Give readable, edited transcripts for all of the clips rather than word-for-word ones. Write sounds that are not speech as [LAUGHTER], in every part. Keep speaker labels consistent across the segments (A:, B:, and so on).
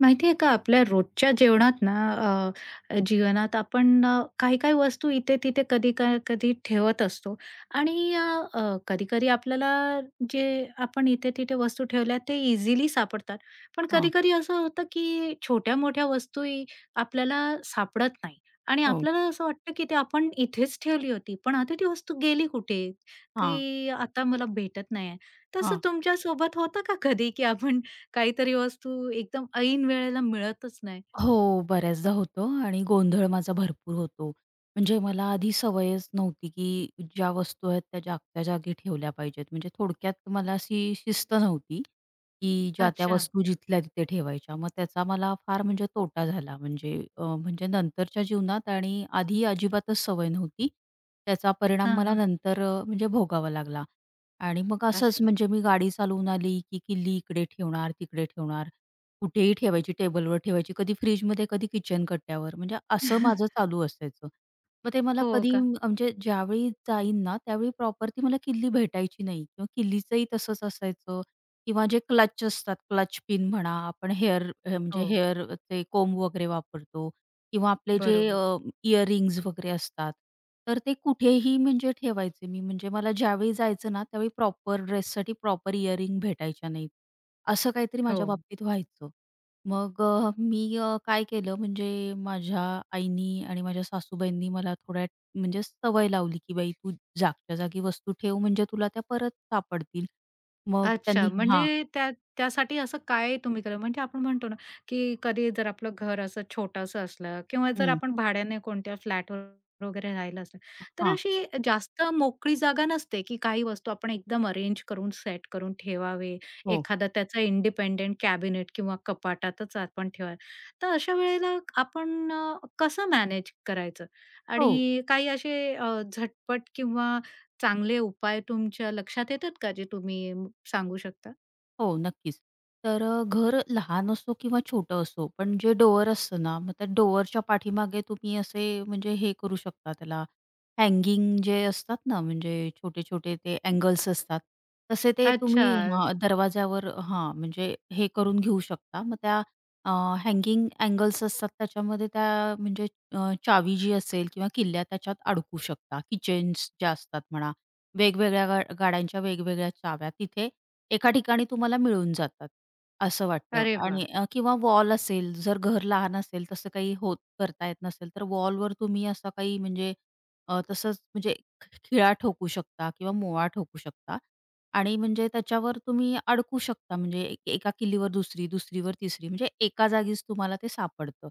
A: माहिती आहे का, आपल्या रोजच्या जेवणात ना जीवनात आपण काही-काही वस्तू इथे-तिथे, कधी-कधी ठेवत असतो आणि कधी-कधी आपल्याला जे आपण इथे-तिथे वस्तू ठेवल्या ते इझिली सापडतात. पण
B: हां,
A: कधी-कधी असं होतं, की छोट्या-मोठ्या वस्तूही आपल्याला सापडत नाही आणि
B: हो.
A: आपल्याला असं वाटतं, की ते आपण इथेच ठेवली होती, पण आता ती वस्तू गेली कुठे?
B: हां,
A: की आता मला भेटत नाहीये. तसं
B: हां.
A: तुमच्यासोबत होतं का कधी, की आपण काहीतरी वस्तू एकदम ऐन वेळेला मिळतच नाही.
B: हो, बऱ्याचदा होतं आणि गोंधळ माझा भरपूर होतो. म्हणजे मला आधी सवयच नव्हती, की ज्या वस्तू आहेत त्या जागच्या जागी ठेवल्या पाहिजेत. म्हणजे थोडक्यात मला अशी शिस्त नव्हती, की ज्या त्या
A: अच्छा.
B: वस्तू जिथल्या तिथे ठेवायच्या. मग त्याचा मला फार म्हणजे तोटा झाला. म्हणजे म्हणजे नंतरच्या जीवनात आणि आधी अजिबातच सवय नव्हती. त्याचा परिणाम
A: हां,
B: मला
A: हां.
B: नंतर म्हणजे भोगावा लागला. आणि मग असंच
A: अच्छा.
B: म्हणजे मी गाडी चालवून आली, की किल्ली इकडे ठेवणार, तिकडे ठेवणार. कुठेही ठेवायची, टेबलवर ठेवायची, कधी फ्रिजमध्ये, कधी किचन कट्ट्यावर. म्हणजे असं माझं
A: [LAUGHS]
B: चालू असायचं. मग ते मला
A: हो
B: कधी
A: का?
B: म्हणजे ज्यावेळी जाईन ना, त्यावेळी प्रॉपर ती मला किल्ली भेटायची नाही किंवा किल्लीचंही तसंच असायचं किंवा जे क्लच असतात, क्लच पिन म्हणा, आपण हेअर म्हणजे
A: हो.
B: हेअर ते कोंब वगैरे वापरतो किंवा आपले जे
A: बरोबर.
B: इयरिंग्ज वगैरे असतात, तर ते कुठेही म्हणजे ठेवायचे मी. म्हणजे मला ज्यावेळी जायचं ना, त्यावेळी प्रॉपर ड्रेससाठी प्रॉपर इयरिंग भेटायच्या नाहीत. असं काहीतरी
A: हो.
B: माझ्या बाबतीत व्हायचं. मग मी काय केलं म्हणजे माझ्या आईनी आणि माझ्या सासूबाईंनी मला थोड्या म्हणजे सवय लावली, की "बाई तू जागच्या जागी वस्तू ठेव म्हणजे तुला त्या परत सापडतील." मग त्यांनी
A: अच्छा,
B: हां.
A: म्हणजे त्या त्यासाठी असं काय तुम्ही केलं? म्हणजे आपण म्हणतो ना, की कधी जर आपलं घर असं छोटंसं असलं किंवा जर
B: हं.
A: आपण भाड्याने कोणत्या फ्लॅटवर वगैरे राहिलं असलं, तर
B: हां.
A: अशी जास्त मोकळी जागा नसते, की काही वस्तू आपण एकदम अरेंज करून सेट करून ठेवावे.
B: हो.
A: एखादा त्याचा इंडिपेंडेंट कॅबिनेट किंवा कपाटातच आपण ठेवावे. तर अशा वेळेला आपण कसं मॅनेज करायचं?
B: हो.
A: आणि काही असे झटपट किंवा चांगले उपाय तुमच्या लक्षात येतात का जे सांगू शकता?
B: हो, नक्कीच. तर घर लहान असो किंवा छोटं असो, पण जे डोअर असतं ना, मग त्या डोअरच्या पाठीमागे तुम्ही असे म्हणजे हे करू शकता त्याला हँगिंग जे असतात ना, म्हणजे छोटे-छोटे ते अँगल्स असतात, तसे ते
A: अच्छा.
B: तुम्ही हां, दरवाजावर हां, म्हणजे हे करून घेऊ शकता. मग त्या हँगिंग अँगल्स असतात त्याच्यामध्ये त्या म्हणजे चावी जी असेल किंवा किल्ल्या त्याच्यात अडकू शकता. की ज्या असतात म्हणा, वेगवेगळ्या गाड्यांच्या वेगवेगळ्या चाव्या तिथे एका ठिकाणी तुम्हाला मिळून जातात, असं वाटतं
A: अरे वाह!
B: आणि किंवा वॉल असेल, जर घर लहान असेल, तसं काही होत करता येत नसेल, तर वॉलवर तुम्ही असा काही म्हणजे तसंच म्हणजे खिळा ठोकू शकता किंवा मोळा ठोकू शकता आणि म्हणजे त्याच्यावर तुम्ही अडकू शकता. म्हणजे एका किल्लीवर दुसरी, दुसरीवर तिसरी म्हणजे एका जागीच तुम्हाला ते सापडतं,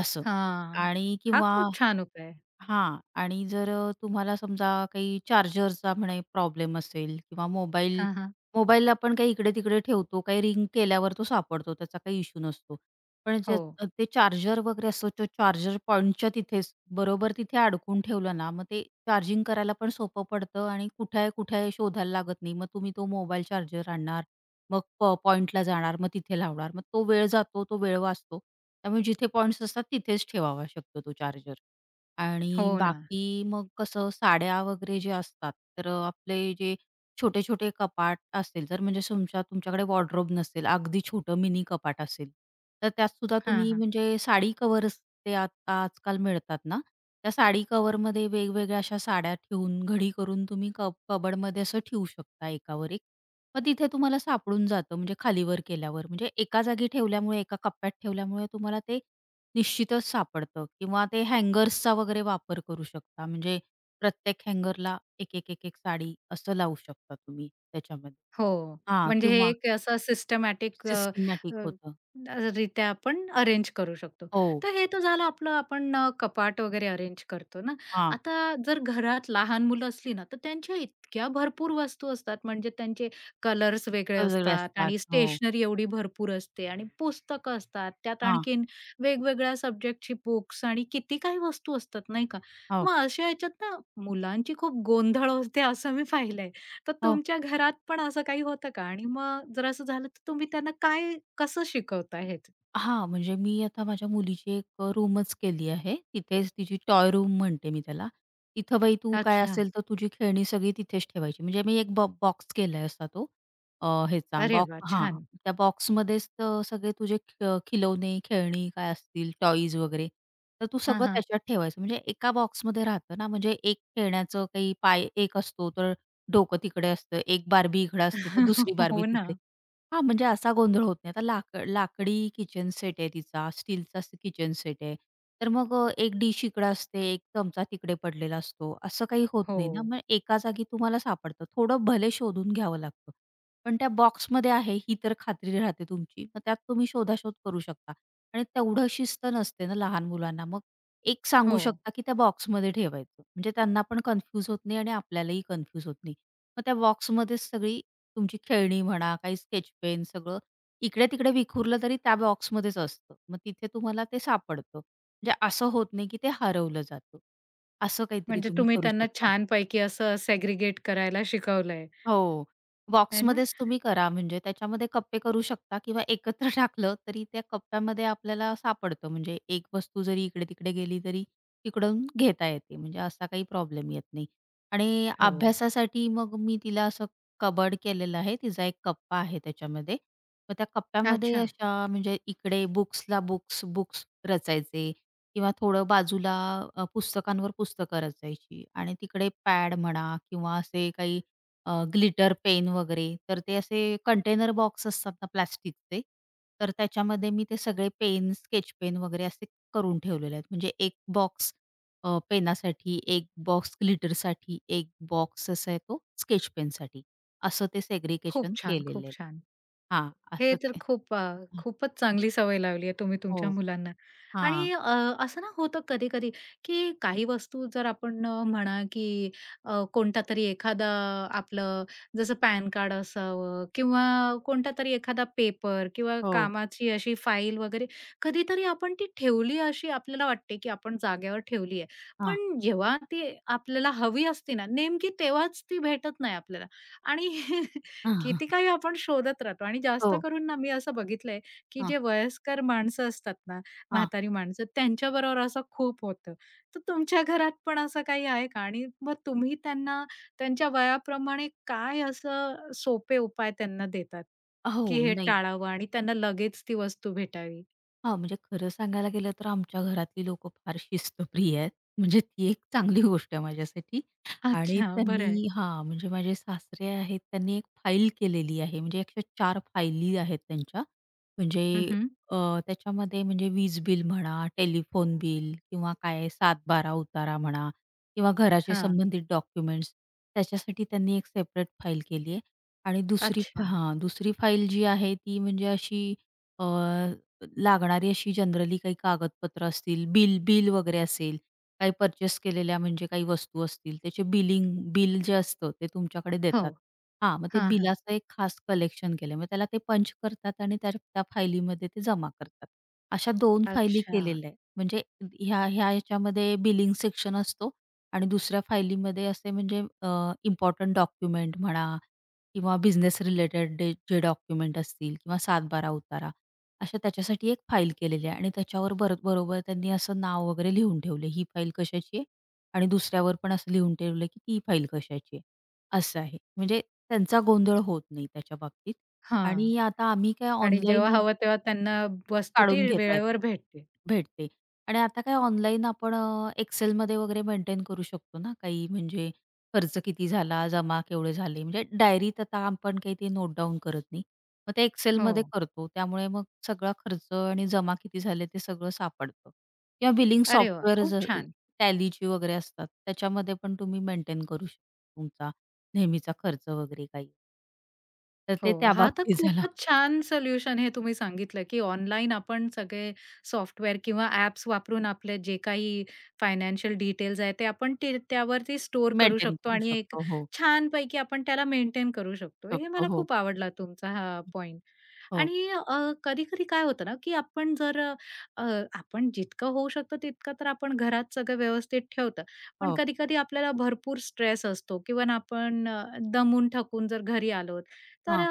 B: असं.
A: हां.
B: आणि
A: हा
B: किंवा
A: खूप छान उपाय आहे.
B: हां. आणि जर तुम्हाला समजा काही चार्जरचा म्हणे प्रॉब्लेम असेल किंवा मोबाईल
A: हां, हां.
B: मोबाईल आपण काही इकडे-तिकडे ठेवतो, काही रिंग केल्यावर तो सापडतो, त्याचा काही इश्यू नसतो. पण जे
A: हो.
B: ते चार्जर वगैरे असतो, तो चार्जर पॉइंटच्या तिथेच बरोबर तिथे अडकून ठेवलं ना, मग ते चार्जिंग करायला पण सोपं पडतं आणि कुठे आहे, कुठे आहे शोधायला लागत नाही. मग तुम्ही तो मोबाईल चार्जर आणणार, मग पॉइंटला जाणार, मग तिथे लावणार. मग तो वेळ जातो, तो वेळ वाचतो. त्यामुळे जिथे पॉइंट्स असतात तिथेच ठेवावा शकतो तो चार्जर.
A: हो
B: आणि
A: ना.
B: बाकी मग कसं साड्या वगैरे जे असतात, तर आपले जे छोटे-छोटे कपाट असेल, जर म्हणजे तुमच्याकडे वॉर्डरोब नसेल, अगदी छोटं मिनी कपाट असेल, तर त्यातसुद्धा
A: हां,
B: तुम्ही
A: हां.
B: म्हणजे साडी कव्हर्स ते आता आजकाल मिळतात ना, त्या साडी कव्हरमध्ये वेगवेगळ्या अशा साड्या ठेवून, घडी करून तुम्ही कबोर्डमध्ये असं ठेवू शकता एकावर एक. मग तिथे तुम्हाला सापडून जातं म्हणजे खालीवर केल्यावर. म्हणजे एका जागी ठेवल्यामुळे, एका कप्प्यात ठेवल्यामुळे तुम्हाला ते निश्चितच सापडतं किंवा ते हँगर्सचा वगैरे वापर करू शकता. म्हणजे प्रत्येक हँगरला एक, एक, एक, एक साडी असं लावू शकता तुम्ही त्याच्यामध्ये.
A: हो.
B: हां,
A: म्हणजे हे
B: किंवा
A: एक असं सिस्टमॅटिक
B: सिस्टिमॅटिक होतं.
A: रित्या आपण अरेंज करू शकतो.
B: हो,
A: तर हे तर झालं आपलं आपण कपाट वगैरे अरेंज करतो ना.
B: हां,
A: आता जर घरात लहान मुलं असली ना, तर त्यांच्या इतक्या भरपूर वस्तू असतात. म्हणजे त्यांचे कलर्स वेगळे
B: सजवले
A: असतात
B: असतात.
A: आणि
B: हो,
A: स्टेशनरी एवढी भरपूर असते आणि पुस्तकं असतात. त्यात
B: हां,
A: आणखीन वेगवेगळ्या सब्जेक्टची बुक्स आणि किती काही वस्तू असतात, नाही का?
B: हो,
A: मग अशा ह्याच्यात ना मुलांची खूप गोंधळ होते असं मी पाहिलंय. तर
B: हो.
A: तुमच्या घरात पण असं काही होतं का? आणि मग जर असं झालं, तर तुम्ही त्यांना काय कसं शिकवता हेच?
B: हां, म्हणजे मी आता माझ्या मुलीची एक रूमच केली आहे. तिथेच तिची टॉय रूम म्हणते मी त्याला. तिथं बाई तू काय
A: अच्छा.
B: असेल तर तुझी खेळणी सगळी तिथेच ठेवायची. म्हणजे मी एक बॉक्स केलाय असा तो ह्याचा
A: अरे वाह!
B: बॉक्स हां,
A: छान.
B: त्या बॉक्समध्येच तर सगळे तुझे खिलौने, खेळणी काय असतील, टॉयज वगैरे, तर तू
A: हां,
B: सगळं
A: हां.
B: त्याच्यात ठेवायचं. म्हणजे एका बॉक्समध्ये राहतं ना, म्हणजे एक खेळण्याचं काही पाय एक असतो, तर डोकं तिकडे असतं. एक बार्बी इकडे असते, तर दुसरी
A: [LAUGHS]
B: बार्बी
A: हो ना.
B: तिकडे. हा, म्हणजे असा गोंधळ होत नाही. आता लाकडी किचन सेट आहे तिचा, स्टीलचा किचन सेट आहे. तर मग एक डिश इकडे असते, एक चमचा तिकडे पडलेला असतो, असं काही होत
A: हो,
B: नाही ना. मग एका जागी तुम्हाला सापडतं. थोडं भले शोधून घ्यावं लागतं. पण त्या बॉक्समध्ये आहे ही तर खात्री राहते तुमची. मग त्यात तुम्ही शोधाशोध करू शकता आणि तेवढं शिस्त नसते ना लहान मुलांना. मग एक सांगू
A: हो.
B: शकता, की त्या बॉक्समध्ये ठेवायचं. म्हणजे त्यांना पण कन्फ्यूज होत नाही आणि आपल्यालाही कन्फ्यूज होत नाही. मग त्या बॉक्समध्येच सगळी तुमची खेळणी म्हणा, काही स्केच पेन सगळं इकडे-तिकडे विखुरलं तरी त्या बॉक्समध्येच असतं. मग तिथे तुम्हाला ते सापडतं. म्हणजे असं होत नाही की ते हरवलं जातं. असं काहीतरी
A: म्हणजे
B: तुम्ही
A: तुम्ही
B: करू
A: त्यांना
B: शकता.
A: छानपैकी असं सेग्रीगेट करायला शिकवलंय,
B: हो.
A: आहे ना?
B: बॉक्समध्येच तुम्ही करा म्हणजे त्याच्यामध्ये कप्पे करू शकता किंवा एकत्र टाकलं तरी त्या कप्प्यामध्ये आपल्याला सापडतं. म्हणजे एक वस्तू जरी इकडे-तिकडे गेली तरी तिकडून घेता येते. म्हणजे असा काही प्रॉब्लेम येत नाही. आणि
A: हो.
B: अभ्यासासाठी मग मी तिला असं कबर्ड केलेलं आहे. तिचा एक कप्पा आहे त्याच्यामध्ये. मग त्या कप्प्यामध्ये
A: अच्छा.
B: अशा म्हणजे इकडे बुक्सला बुक्स, बुक्स रचायचे किंवा थोडं बाजूला पुस्तकांवर पुस्तकं रचायची आणि तिकडे पॅड म्हणा किंवा असे काही ग्लिटर पेन वगैरे, तर ते असे कंटेनर बॉक्स असतात ना प्लास्टिकचे, तर त्याच्यामध्ये मी ते सगळे पेन, स्केच पेन वगैरे असे करून ठेवलेले आहेत. म्हणजे एक बॉक्स पेनासाठी, एक बॉक्स ग्लिटरसाठी, एक बॉक्स असा आहे तो स्केच पेनसाठी. असं ते
A: खूप
B: सेग्रीगेशन
A: छान,
B: केलेलं
A: खूप
B: आहे.
A: छान.
B: हां,
A: हे
B: असं
A: तर
B: ते.
A: खूप खूपच चांगली सवय लावली आहे तुम्ही
B: हो.
A: तुमच्या मुलांना.
B: हां.
A: आणि असं ना होतं कधी-कधी, की काही वस्तू जर आपण म्हणा, की कोणतातरी एखादा आपलं जसं पॅन कार्ड असावं किंवा कोणता तरी एखादा पेपर किंवा
B: हो.
A: कामाची अशी फाईल वगैरे कधीतरी आपण ती ठेवली अशी आपल्याला वाटते, की आपण जागेवर ठेवली आहे.
B: हां.
A: पण जेव्हा ती आपल्याला हवी असते ना, नेमकी तेव्हाच ती भेटत नाही आपल्याला आणि [LAUGHS] किती
B: [LAUGHS]
A: काही आपण शोधत राहतो आणि जास्त
B: हो.
A: करून ना मी असं बघितलंय, की
B: हां.
A: जे वयस्कर माणसं असतात ना,
B: हां.
A: म्हातारी माणसं त्यांच्याबरोबर असं खूप होतं. तर तुमच्या घरात पण असं काही आहे का? आणि मग तुम्ही त्यांना त्यांच्या वयाप्रमाणे काय असं सोपे उपाय त्यांना देतात,
B: हो,
A: की हे
B: नाही.
A: टाळावं आणि त्यांना लगेच ती वस्तू भेटावी?
B: हां, म्हणजे खरं सांगायला गेलं तर आमच्या घरातली लोकं फार शिस्तप्रिय आहेत. म्हणजे ती एक चांगली गोष्ट आहे माझ्यासाठी आणि
A: अच्छा, बरं आहे.
B: त्यांनी हां, म्हणजे माझे सासरे आहेत, त्यांनी एक फाईल केलेली आहे. म्हणजे 104 फायली आहेत त्यांच्या. म्हणजे
A: हं, हं.
B: अ, त्याच्यामध्ये म्हणजे वीज बिल म्हणा, टेलिफोन बिल किंवा काय 7-12 उतारा म्हणा किंवा घराचे संबंधित डॉक्युमेंट्स त्याच्यासाठी त्यांनी एक सेपरेट फाईल केली आहे आणि दुसरी
A: अच्छा.
B: हां, दुसरी फाईल जी आहे ती म्हणजे अशी लागणारी अशी जनरली काही कागदपत्र असतील, बिल बिल वगैरे असेल, काही पर्चेस केलेल्या म्हणजे काही वस्तू असतील, त्याचे बिल जे असतं ते तुमच्याकडे
A: हो.
B: देतात. हां, मग ते
A: हां, हां.
B: बिलाचं एक खास कलेक्शन केलं. मग त्याला ते पंच करतात आणि त्या त्या फायलीमध्ये ते जमा करतात. अशा 2 फायली
A: अच्छा.
B: केलेल्या आहेत. म्हणजे ह्या ह्या ह्याच्यामध्ये बिलिंग सेक्शन असतो आणि दुसऱ्या फायलीमध्ये असे म्हणजे डॉक्युमेंट म्हणा किंवा बिझनेस रिलेटेड जे डॉक्युमेंट असतील किंवा 7 उतारा अशा त्याच्यासाठी एक फाईल केलेली आहे आणि त्याच्यावर बरोबर त्यांनी असं नाव वगैरे लिहून ठेवलं, ही फाईल कशाची आहे आणि दुसऱ्यावर पण असं लिहून ठेवलं, की ती फाईल कशाची आहे. असं आहे. म्हणजे त्यांचा गोंधळ होत नाही त्याच्या बाबतीत
A: हां.
B: आणि आता आम्ही काय
A: आणि
B: ऑनलाईन
A: जेव्हा हवं तेव्हा त्यांना वस्तू ती
B: काढून घेता येते.
A: वेळेवर भेटते.
B: भेटते आणि आता काय ऑनलाईन आपण Excelमध्ये वगैरे मेंटेन करू शकतो ना, काही म्हणजे खर्च किती झाला, जमा केवढे झाले, म्हणजे डायरीत आता आपण काही ते नोट डाउन करत नाही. मग ते
A: हो.
B: Excelमध्ये करतो. त्यामुळे मग सगळा खर्च आणि जमा किती झाले ते सगळं सापडतं किंवा बिलिंग
A: अरे वा, खूप
B: सॉफ्टवेअर
A: छान.
B: टॅलीची वगैरे असतात, त्याच्यामध्ये पण तुम्ही मेंटेन करू शकता तुमचा नेहमीचा खर्च वगैरे काही. तर
A: हो,
B: ते त्या
A: हा तर
B: बाबतीत झाला
A: खूपच छान सोल्युशन हे तुम्ही सांगितलं, की ऑनलाईन आपण सगळे सॉफ्टवेअर किंवा ॲप्स वापरून आपले जे काही फायनान्शियल डिटेल्स आहेत, ते आपण ते त्यावरती स्टोअर करू
B: मेंटेन
A: शकतो
B: करू
A: आणि एक
B: शकतो. हो,
A: छानपैकी आपण त्याला मेंटेन करू शकतो. हे
B: शकतो.
A: मला
B: हो,
A: खूप आवडला तुमचा हा पॉइंट.
B: हो,
A: आणि कधी-कधी काय होतं ना, की आपण जर अ, आपण जितकं होऊ शकतं तितकं तर आपण घरात सगळं व्यवस्थित ठेवतो. पण
B: हो.
A: कधी-कधी आपल्याला भरपूर स्ट्रेस असतो किंवा ना आपण दमून थकून जर घरी आलो, तर
B: हां,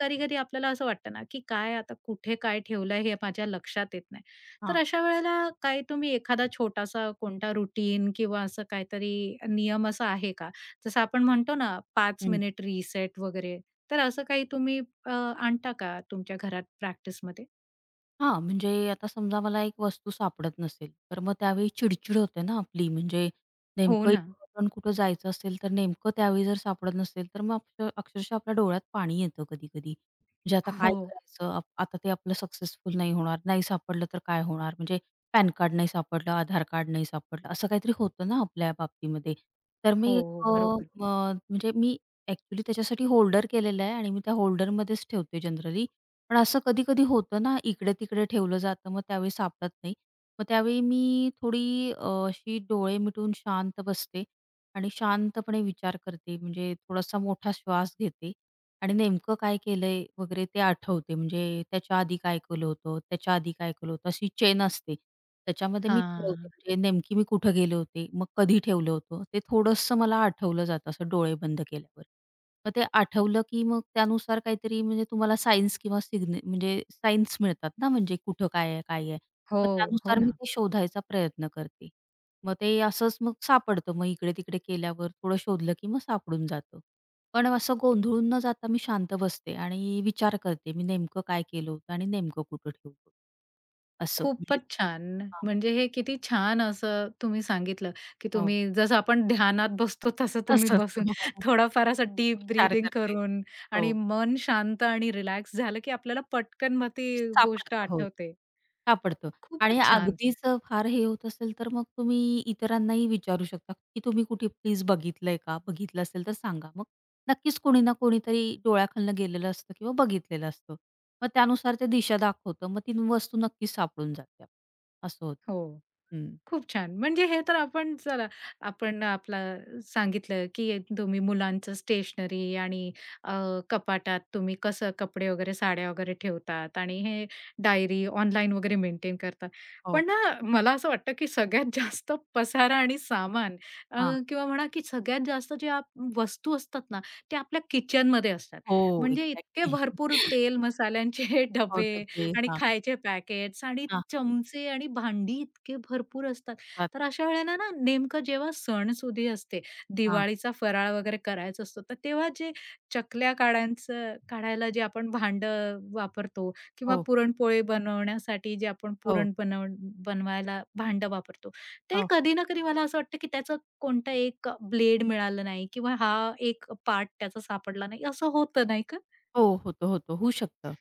A: कधी-कधी आपल्याला असं वाटतं ना, की काय आता कुठे काय ठेवलं हे माझ्या लक्षात येत नाही. तर
B: हां.
A: अशा वेळेला काय तुम्ही एखादा छोटासा कोणता रुटीन किंवा असं काहीतरी नियम असा आहे का? जसं आपण म्हणतो ना 5
B: हं.
A: मिनिट रिसेट वगैरे, तर असं काही तुम्ही अ, आणता का तुमच्या घरात प्रॅक्टिसमध्ये?
B: हां, म्हणजे आता समजा मला एक वस्तू सापडत नसेल, तर मग त्यावेळी चिडचिड होते ना आपली. म्हणजे
A: हो
B: नेमकं
A: ना.
B: इम्पोर्टंट कुठं जायचं असेल, तर नेमकं त्यावेळी जर सापडत नसेल, तर मग अक्षरशः आपल्या डोळ्यात पाणी येतं कधी-कधी. म्हणजे आता काय
A: हो,
B: करायचं? आता ते आपलं सक्सेसफुल नाही होणार. नाही सापडलं तर काय होणार? म्हणजे पॅन कार्ड नाही सापडलं, आधार कार्ड नाही सापडलं, असं काहीतरी होतं ना आपल्या बाबतीमध्ये. तर
A: हो,
B: मी एक,
A: हो. बरोबर.
B: म म्हणजे मी ॲक्चुअली त्याच्यासाठी होल्डर केलेला आहे आणि मी त्या होल्डरमध्येच ठेवते जनरली. पण असं कधी-कधी होतं ना, इकडे-तिकडे ठेवलं जातं, मग त्यावेळी सापडत नाही. मग त्यावेळी मी थोडी अशी डोळे मिटून शांत बसते आणि शांतपणे विचार करते, म्हणजे थोडासा मोठा श्वास घेते आणि नेमकं काय केलंय वगैरे ते आठवते. म्हणजे त्याच्या आधी काय केलं होतं, त्याच्या आधी काय केलं होतं, अशी चेन असते. त्याच्यामध्ये मी ठरवते
A: हां.
B: म्हणजे नेमकी मी कुठं गेले होते, मग कधी ठेवलं होतं, ते थोडंसं मला आठवलं जातं असं डोळे बंद केल्यावर. मग ते आठवलं की मग त्यानुसार काहीतरी म्हणजे तुम्हाला सायन्स किंवा म्हणजे सायन्स मिळतात ना, म्हणजे कुठं काय आहे, काय आहे.
A: हो,
B: मग
A: हो
B: त्यानुसार मी
A: ना.
B: ते शोधायचा प्रयत्न करते. मग ते असंच मग सापडतं. मग इकडे-तिकडे केल्यावर थोडं शोधलं की मग सापडून जातं. पण असं गोंधळून न जाता मी शांत बसते आणि विचार करते, मी नेमकं काय केलं होतं आणि नेमकं कुठं ठेवलं होतं. असं म्हणजे
A: खूपच छान.
B: हां,
A: म्हणजे हे किती छान असं तुम्ही सांगितलं, की
B: हो.
A: तुम्ही जसं आपण ध्यानात बसतो तसं तुम्ही
B: असं असतं.
A: बसून
B: हो, हो.
A: थोडाफार असं डीप
B: विचार
A: ब्रीथिंग
B: करते.
A: करून
B: हो.
A: आणि मन शांत आणि रिलॅक्स झालं, की आपल्याला पटकन मग
B: ते
A: ती गोष्ट
B: सापडतं. हो.
A: आठवते.
B: सापडतो आणि
A: खूपच
B: हो.
A: छान.
B: अगदीच फार हे होत असेल, तर मग तुम्ही इतरांनाही विचारू शकता, की तुम्ही कुठे प्लीज बघितलंय का? बघितलं असेल तर सांगा. मग नक्कीच कोणी ना कोणीतरी डोळ्याखालनं गेलेलं असतं किंवा बघितलेलं असतं. मग त्यानुसार ते दिशा दाखवतं. मग ती वस्तू नक्कीच सापडून जाते. आपल्याला. असं होतं.
A: हो.
B: हं.
A: खूप छान. म्हणजे हे तर आपण चला आपण आपला सांगितलं, की तुम्ही मुलांचं स्टेशनरी आणि अ, कपाटात तुम्ही कसं कपडे वगैरे, साड्या वगैरे ठेवतात आणि हे डायरी ऑनलाईन वगैरे मेंटेन करतात.
B: हो.
A: पण ना मला असं वाटतं, की सगळ्यात [LAUGHS] जास्त पसारा आणि सामान अ,
B: हां.
A: किंवा म्हणा, की सगळ्यात जास्त ज्या वस्तू असतात ना, त्या आपल्या किचनमध्ये असतात.
B: हो,
A: म्हणजे इतके
B: एक्झॅक्टली.
A: भरपूर
B: [LAUGHS]
A: तेल मसाल्यांचे [LAUGHS]
B: हो,
A: डबे
B: डब्बे.
A: आणि
B: हां.
A: खायचे पॅकेट्स आणि
B: हां.
A: चमचे आणि भांडी इतके भरपूर असतात.
B: हां.
A: तर अशा वेळेला ना नेमकं जेव्हा सणसुदी असते,
B: हां.
A: दिवाळीचा फराळ वगैरे करायचा असतो, तर तेव्हा जे चकल्या काढायचं काढायला जे आपण भांड वापरतो किंवा
B: हो.
A: पुरणपोळी बनवण्यासाठी जे आपण
B: हो.
A: पुरण बनव बनवायला भांडं वापरतो, ते
B: हो.
A: कधी ना कधी मला असं वाटतं की त्याचं कोणता एक ब्लेड मिळालं नाही किंवा हा एक पार्ट त्याचा सापडला नाही, असं होतं नाही का?
B: हो, होतं, होतं. होऊ शकतं.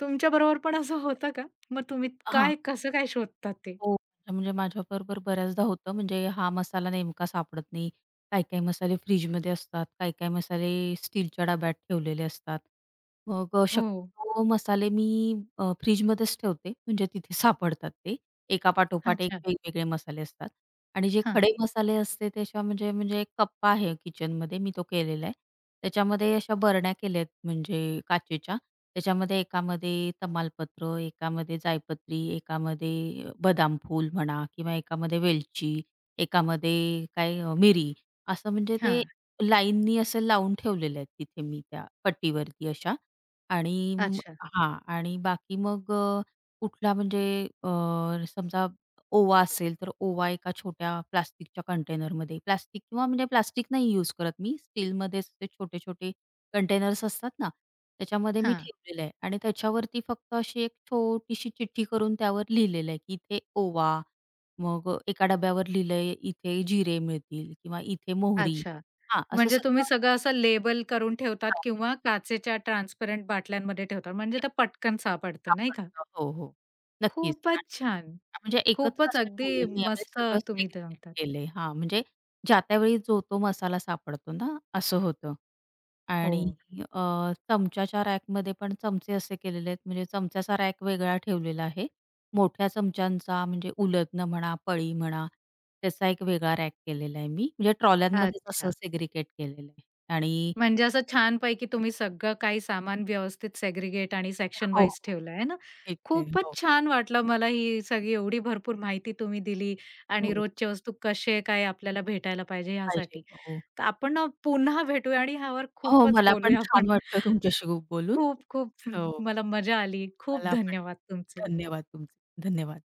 A: तुमच्याबरोबर पण असं होतं का? मग तुम्ही
B: हां.
A: काय कसं काय शोधतात ते?
B: हो, म्हणजे म्हणजे माझ्याबरोबर बऱ्याचदा होतं म्हणजे हा मसाला नेमका सापडत नाही. काही-काही मसाले फ्रिजमध्ये असतात, काही-काही मसाले स्टीलच्या डब्यात ठेवलेले असतात. मग
A: हो.
B: शक्यतो मसाले मी फ्रिजमध्येच ठेवते म्हणजे तिथे सापडतात ते. एका पाठोपाठ एक
A: अच्छा.
B: वेगवेगळे मसाले असतात. आणि जे
A: हां,
B: खडे मसाले असते त्याच्या म्हणजे म्हणजे एक कप्पा आहे किचनमध्ये, मी तो केलेला आहे. त्याच्यामध्ये अशा बरण्या केल्या आहेत म्हणजे काचेच्या. त्याच्यामध्ये एकामध्ये तमालपत्र, एकामध्ये जायपत्री, एकामध्ये बदाम फूल म्हणा किंवा एकामध्ये वेलची, एकामध्ये काय मिरी असं म्हणजे ते
A: हां.
B: लाईननी असं लावून ठेवलेले आहेत तिथे मी त्या पट्टीवरती अशा. आणि
A: अच्छा.
B: हां. आणि बाकी मग कुठला म्हणजे अ, समजा ओवा असेल, तर ओवा एका छोट्या प्लास्टिकच्या कंटेनरमध्ये प्लास्टिक किंवा म्हणजे प्लास्टिक नाही यूज करत मी. स्टीलमध्येच ते छोटे-छोटे कंटेनर्स असतात ना, त्याच्यामध्ये मी
A: हां.
B: ठेवलेलं आहे आणि त्याच्यावरती फक्त अशी एक छोटीशी चिठ्ठी करून त्यावर लिहिलेलं आहे, की इथे ओवा, मग एका डब्यावर लिहिलंय, इथे जिरे मिळतील किंवा इथे मोहरी
A: अच्छा.
B: हां, असं
A: म्हणजे तुम्ही
B: सगळं
A: सगळं असं लेबल करून ठेवतात
B: लावलंय
A: किंवा काचेच्या ट्रान्सपरंट बाटल्यांमध्ये ठेवतात. म्हणजे ते पटकन सापडतं नाही का?
B: सापडतं. हो, हो. नक्कीच.
A: खूपच
B: आणि
A: छान.
B: म्हणजे एकत्र
A: खूपच
B: असं
A: अगदी
B: ठेवलेलं नाहीये. म्हणजे
A: मस्त
B: सगळं
A: तुम्ही
B: सेग्रीगेट
A: सांगतात.
B: केलंय. हां, म्हणजे ज्या त्यावेळी जो तो मसाला सापडतो ना, असं होतं.
A: हो.
B: आणि अ, चमच्याच्या रॅकमध्ये पण चमचे असे केलेले आहेत, म्हणजे चमच्याचा रॅक वेगळा ठेवलेला आहे. मोठ्या चमच्यांचा म्हणजे उलथनं म्हणा, पळी म्हणा, त्याचा एक वेगळा रॅक केलेला आहे मी. म्हणजे ट्रॉल्यांमध्येच असं
A: अच्छा.
B: सेग्रीगेट केलेलं आहे. आणि
A: म्हणजे असं छानपैकी तुम्ही सगळं काही सामान व्यवस्थित सेग्रिगेट आणि सेक्शन
B: हो,
A: वाईज
B: हो.
A: ठेवलं आहे ना.
B: एक ते.
A: खूपच
B: हो,
A: छान वाटलं मला ही सगळी एवढी भरपूर माहिती तुम्ही दिली आणि
B: हो.
A: रोजच्या वस्तू कसे काय आपल्याला भेटायला पाहिजे
B: पाहिजे.
A: ह्यासाठी.
B: हो.
A: तर आपण ना पुन्हा भेटूया आणि ह्यावर
B: हो,
A: खूपच
B: मला पण
A: बोलूया आपण.
B: छान वाटलं तुमच्याशी बोलून.
A: खूप खूप
B: हो,
A: मला मजा आली. खूप
B: मला पण.
A: धन्यवाद तुमचे.
B: धन्यवाद तुमचे. धन्यवाद.